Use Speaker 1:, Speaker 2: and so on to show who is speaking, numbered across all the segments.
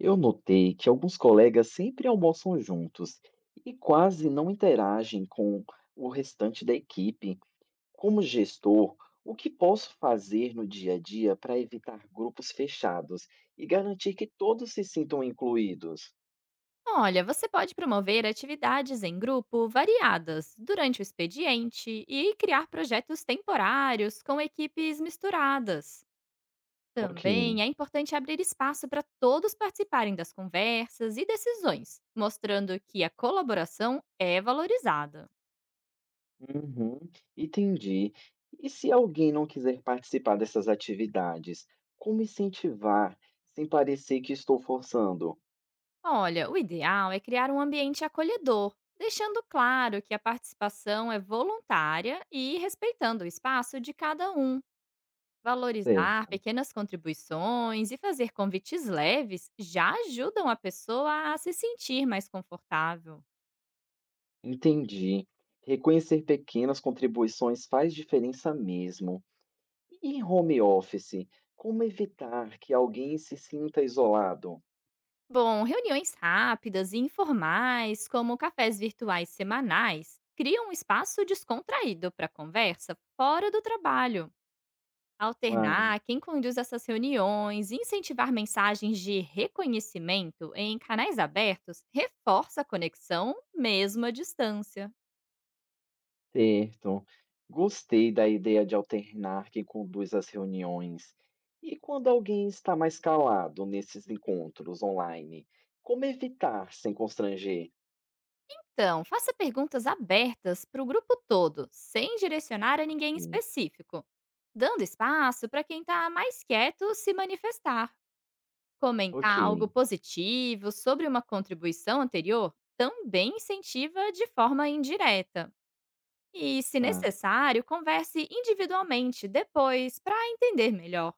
Speaker 1: Eu notei que alguns colegas sempre almoçam juntos e quase não interagem com o restante da equipe. Como gestor, o que posso fazer no dia a dia para evitar grupos fechados e garantir que todos se sintam incluídos?
Speaker 2: Olha, você pode promover atividades em grupo variadas durante o expediente e criar projetos temporários com equipes misturadas.
Speaker 1: Ok.
Speaker 2: Também é importante abrir espaço para todos participarem das conversas e decisões, mostrando que a colaboração é valorizada.
Speaker 1: Uhum, entendi. E se alguém não quiser participar dessas atividades, como incentivar sem parecer que estou forçando?
Speaker 2: Olha, o ideal é criar um ambiente acolhedor, deixando claro que a participação é voluntária e respeitando o espaço de cada um. Valorizar
Speaker 1: Certo.
Speaker 2: pequenas contribuições e fazer convites leves já ajudam a pessoa a se sentir mais confortável.
Speaker 1: Entendi. Reconhecer pequenas contribuições faz diferença mesmo. E em home office, como evitar que alguém se sinta isolado?
Speaker 2: Bom, reuniões rápidas e informais, como cafés virtuais semanais, criam um espaço descontraído para conversa fora do trabalho.
Speaker 1: Claro,
Speaker 2: Alternar quem conduz essas reuniões e incentivar mensagens de reconhecimento em canais abertos reforça a conexão, mesmo à distância.
Speaker 1: certo. Gostei da ideia de alternar quem conduz as reuniões. E quando alguém está mais calado nesses encontros online, como evitar sem constranger?
Speaker 2: Então, faça perguntas abertas para o grupo todo, sem direcionar a
Speaker 1: Ok,
Speaker 2: ninguém específico, dando espaço para quem está mais quieto se manifestar.
Speaker 1: ok,
Speaker 2: Comentar algo positivo sobre uma contribuição anterior também incentiva de forma indireta. E, se
Speaker 1: tá.
Speaker 2: necessário, converse individualmente depois para entender melhor.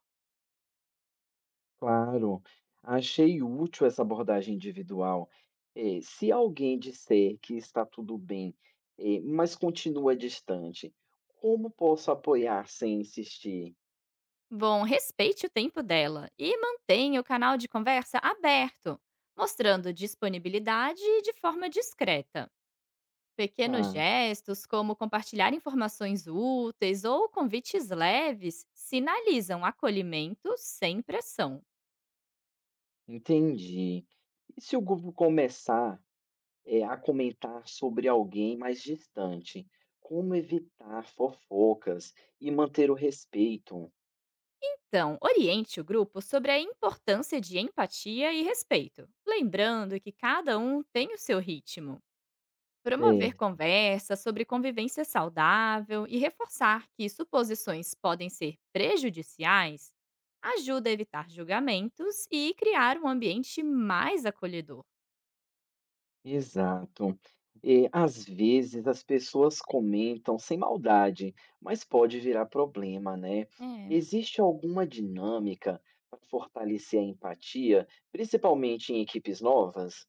Speaker 1: Claro, achei útil essa abordagem individual. Se alguém disser que está tudo bem, mas continua distante, como posso apoiar sem insistir?
Speaker 2: Bom, respeite o tempo dela e mantenha o canal de conversa aberto, mostrando disponibilidade de forma discreta. Pequenos
Speaker 1: Ah,
Speaker 2: gestos, como compartilhar informações úteis ou convites leves, sinalizam acolhimento sem pressão.
Speaker 1: entendi. E se o grupo começar, a comentar sobre alguém mais distante, como evitar fofocas e manter o respeito?
Speaker 2: Então, oriente o grupo sobre a importância de empatia e respeito, lembrando que cada um tem o seu ritmo.
Speaker 1: É.
Speaker 2: Promover conversas sobre convivência saudável e reforçar que suposições podem ser prejudiciais ajuda a evitar julgamentos e criar um ambiente mais acolhedor.
Speaker 1: Exato. E, às vezes as pessoas comentam sem maldade, mas pode virar problema, né?
Speaker 2: É.
Speaker 1: Existe alguma dinâmica para fortalecer a empatia, principalmente em equipes novas?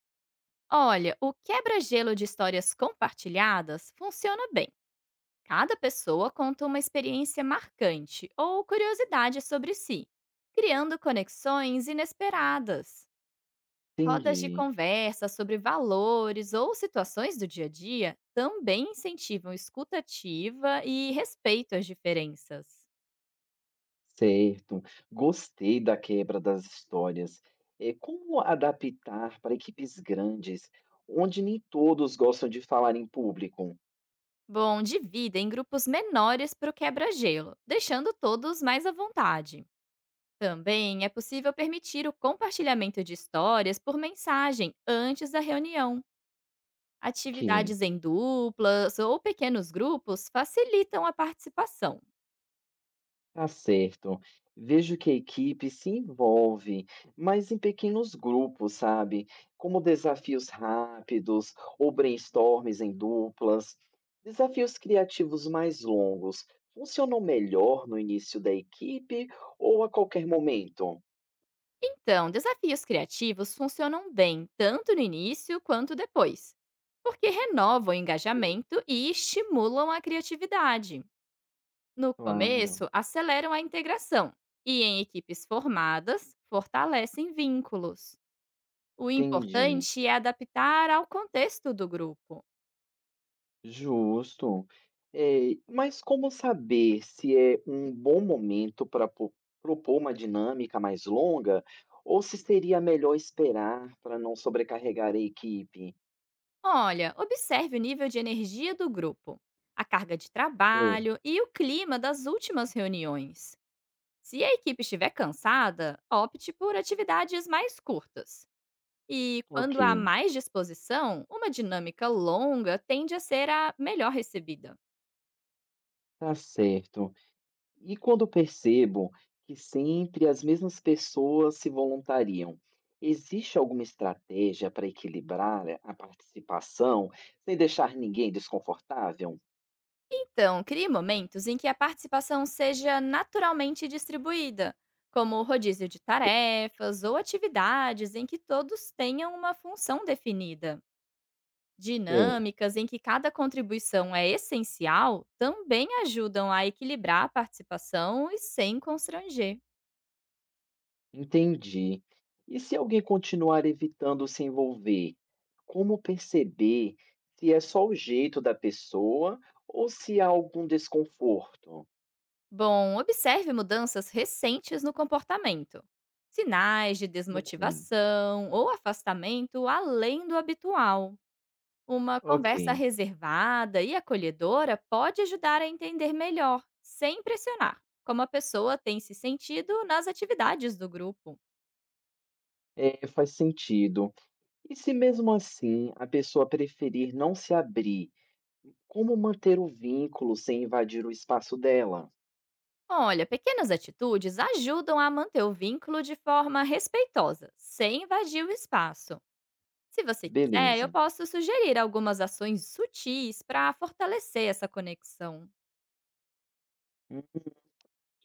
Speaker 2: Olha, o quebra-gelo de histórias compartilhadas funciona bem. Cada pessoa conta uma experiência marcante ou curiosidade sobre si, criando conexões inesperadas. Rodas de
Speaker 1: Entendi,
Speaker 2: conversa sobre valores ou situações do dia a dia também incentivam escutativa e respeito às diferenças.
Speaker 1: certo. Gostei da quebra das histórias. É, como adaptar para equipes grandes, onde nem todos gostam de falar em público?
Speaker 2: Bom, divida em grupos menores para o quebra-gelo, deixando todos mais à vontade. Também é possível permitir o compartilhamento de histórias por mensagem antes da reunião.
Speaker 1: Ok.
Speaker 2: Atividades em duplas ou pequenos grupos facilitam a participação.
Speaker 1: Tá certo. Vejo que a equipe se envolve, mas em pequenos grupos, sabe? Como desafios rápidos ou brainstorms em duplas. Desafios criativos mais longos funcionam melhor no início da equipe ou a qualquer momento?
Speaker 2: Então, desafios criativos funcionam bem tanto no início quanto depois, porque renovam o engajamento e estimulam a criatividade. No
Speaker 1: Claro,
Speaker 2: começo, aceleram a integração e, em equipes formadas, fortalecem vínculos. O
Speaker 1: entendi.
Speaker 2: importante é adaptar ao contexto do grupo.
Speaker 1: Justo. Mas como saber se é um bom momento para propor uma dinâmica mais longa ou se seria melhor esperar para não sobrecarregar a equipe?
Speaker 2: Olha, observe o nível de energia do grupo, a carga de
Speaker 1: É,
Speaker 2: trabalho e o clima das últimas reuniões. Se a equipe estiver cansada, opte por atividades mais curtas. E
Speaker 1: ok,
Speaker 2: quando há mais disposição, uma dinâmica longa tende a ser a melhor recebida.
Speaker 1: tá certo. E quando eu percebo que sempre as mesmas pessoas se voluntariam, existe alguma estratégia para equilibrar a participação sem deixar ninguém desconfortável?
Speaker 2: Então, crie momentos em que a participação seja naturalmente distribuída, como o rodízio de tarefas ou atividades em que todos tenham uma função definida. Dinâmicas em que cada contribuição é essencial também ajudam a equilibrar a participação e sem constranger.
Speaker 1: Entendi. E se alguém continuar evitando se envolver, como perceber se é só o jeito da pessoa ou se há algum desconforto?
Speaker 2: Bom, observe mudanças recentes no comportamento. Sinais de
Speaker 1: Ok,
Speaker 2: desmotivação ou afastamento além do habitual. Uma
Speaker 1: ok.
Speaker 2: conversa reservada e acolhedora pode ajudar a entender melhor, sem pressionar, como a pessoa tem se sentido nas atividades do grupo.
Speaker 1: É, faz sentido. E se mesmo assim a pessoa preferir não se abrir, como manter o vínculo sem invadir o espaço dela?
Speaker 2: Olha, pequenas atitudes ajudam a manter o vínculo de forma respeitosa, sem invadir o espaço. Se você quiser, eu
Speaker 1: Beleza.
Speaker 2: posso sugerir algumas ações sutis para fortalecer essa conexão.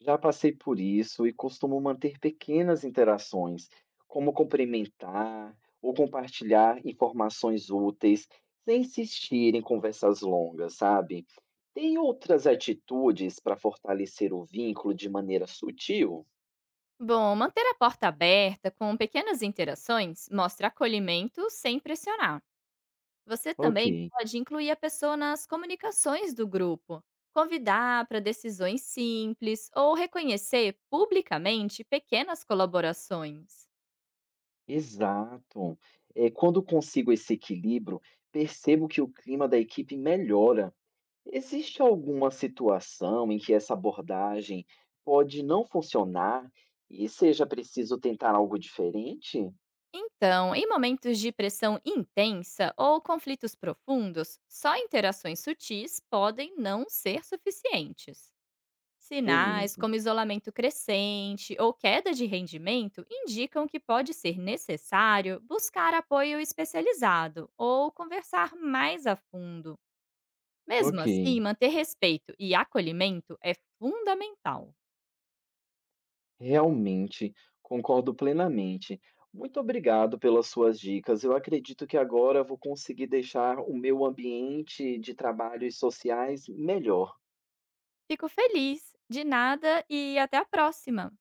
Speaker 1: Já passei por isso e costumo manter pequenas interações, como cumprimentar ou compartilhar informações úteis, sem insistir em conversas longas, sabe? Tem outras atitudes para fortalecer o vínculo de maneira sutil?
Speaker 2: Bom, manter a porta aberta com pequenas interações mostra acolhimento sem pressionar. Você
Speaker 1: Ok,
Speaker 2: também pode incluir a pessoa nas comunicações do grupo, convidar para decisões simples ou reconhecer publicamente pequenas colaborações.
Speaker 1: exato. É, quando consigo esse equilíbrio, percebo que o clima da equipe melhora. Existe alguma situação em que essa abordagem pode não funcionar e seja preciso tentar algo diferente?
Speaker 2: Então, em momentos de pressão intensa ou conflitos profundos, só interações sutis podem não ser suficientes. Sinais
Speaker 1: Beleza.
Speaker 2: como isolamento crescente ou queda de rendimento indicam que pode ser necessário buscar apoio especializado ou conversar mais a fundo. Mesmo
Speaker 1: Ok.
Speaker 2: assim, manter respeito e acolhimento é fundamental.
Speaker 1: Realmente, concordo plenamente. Muito obrigado pelas suas dicas. Eu acredito que agora vou conseguir deixar o meu ambiente de trabalhos sociais melhor.
Speaker 2: Fico feliz, de nada e até a próxima!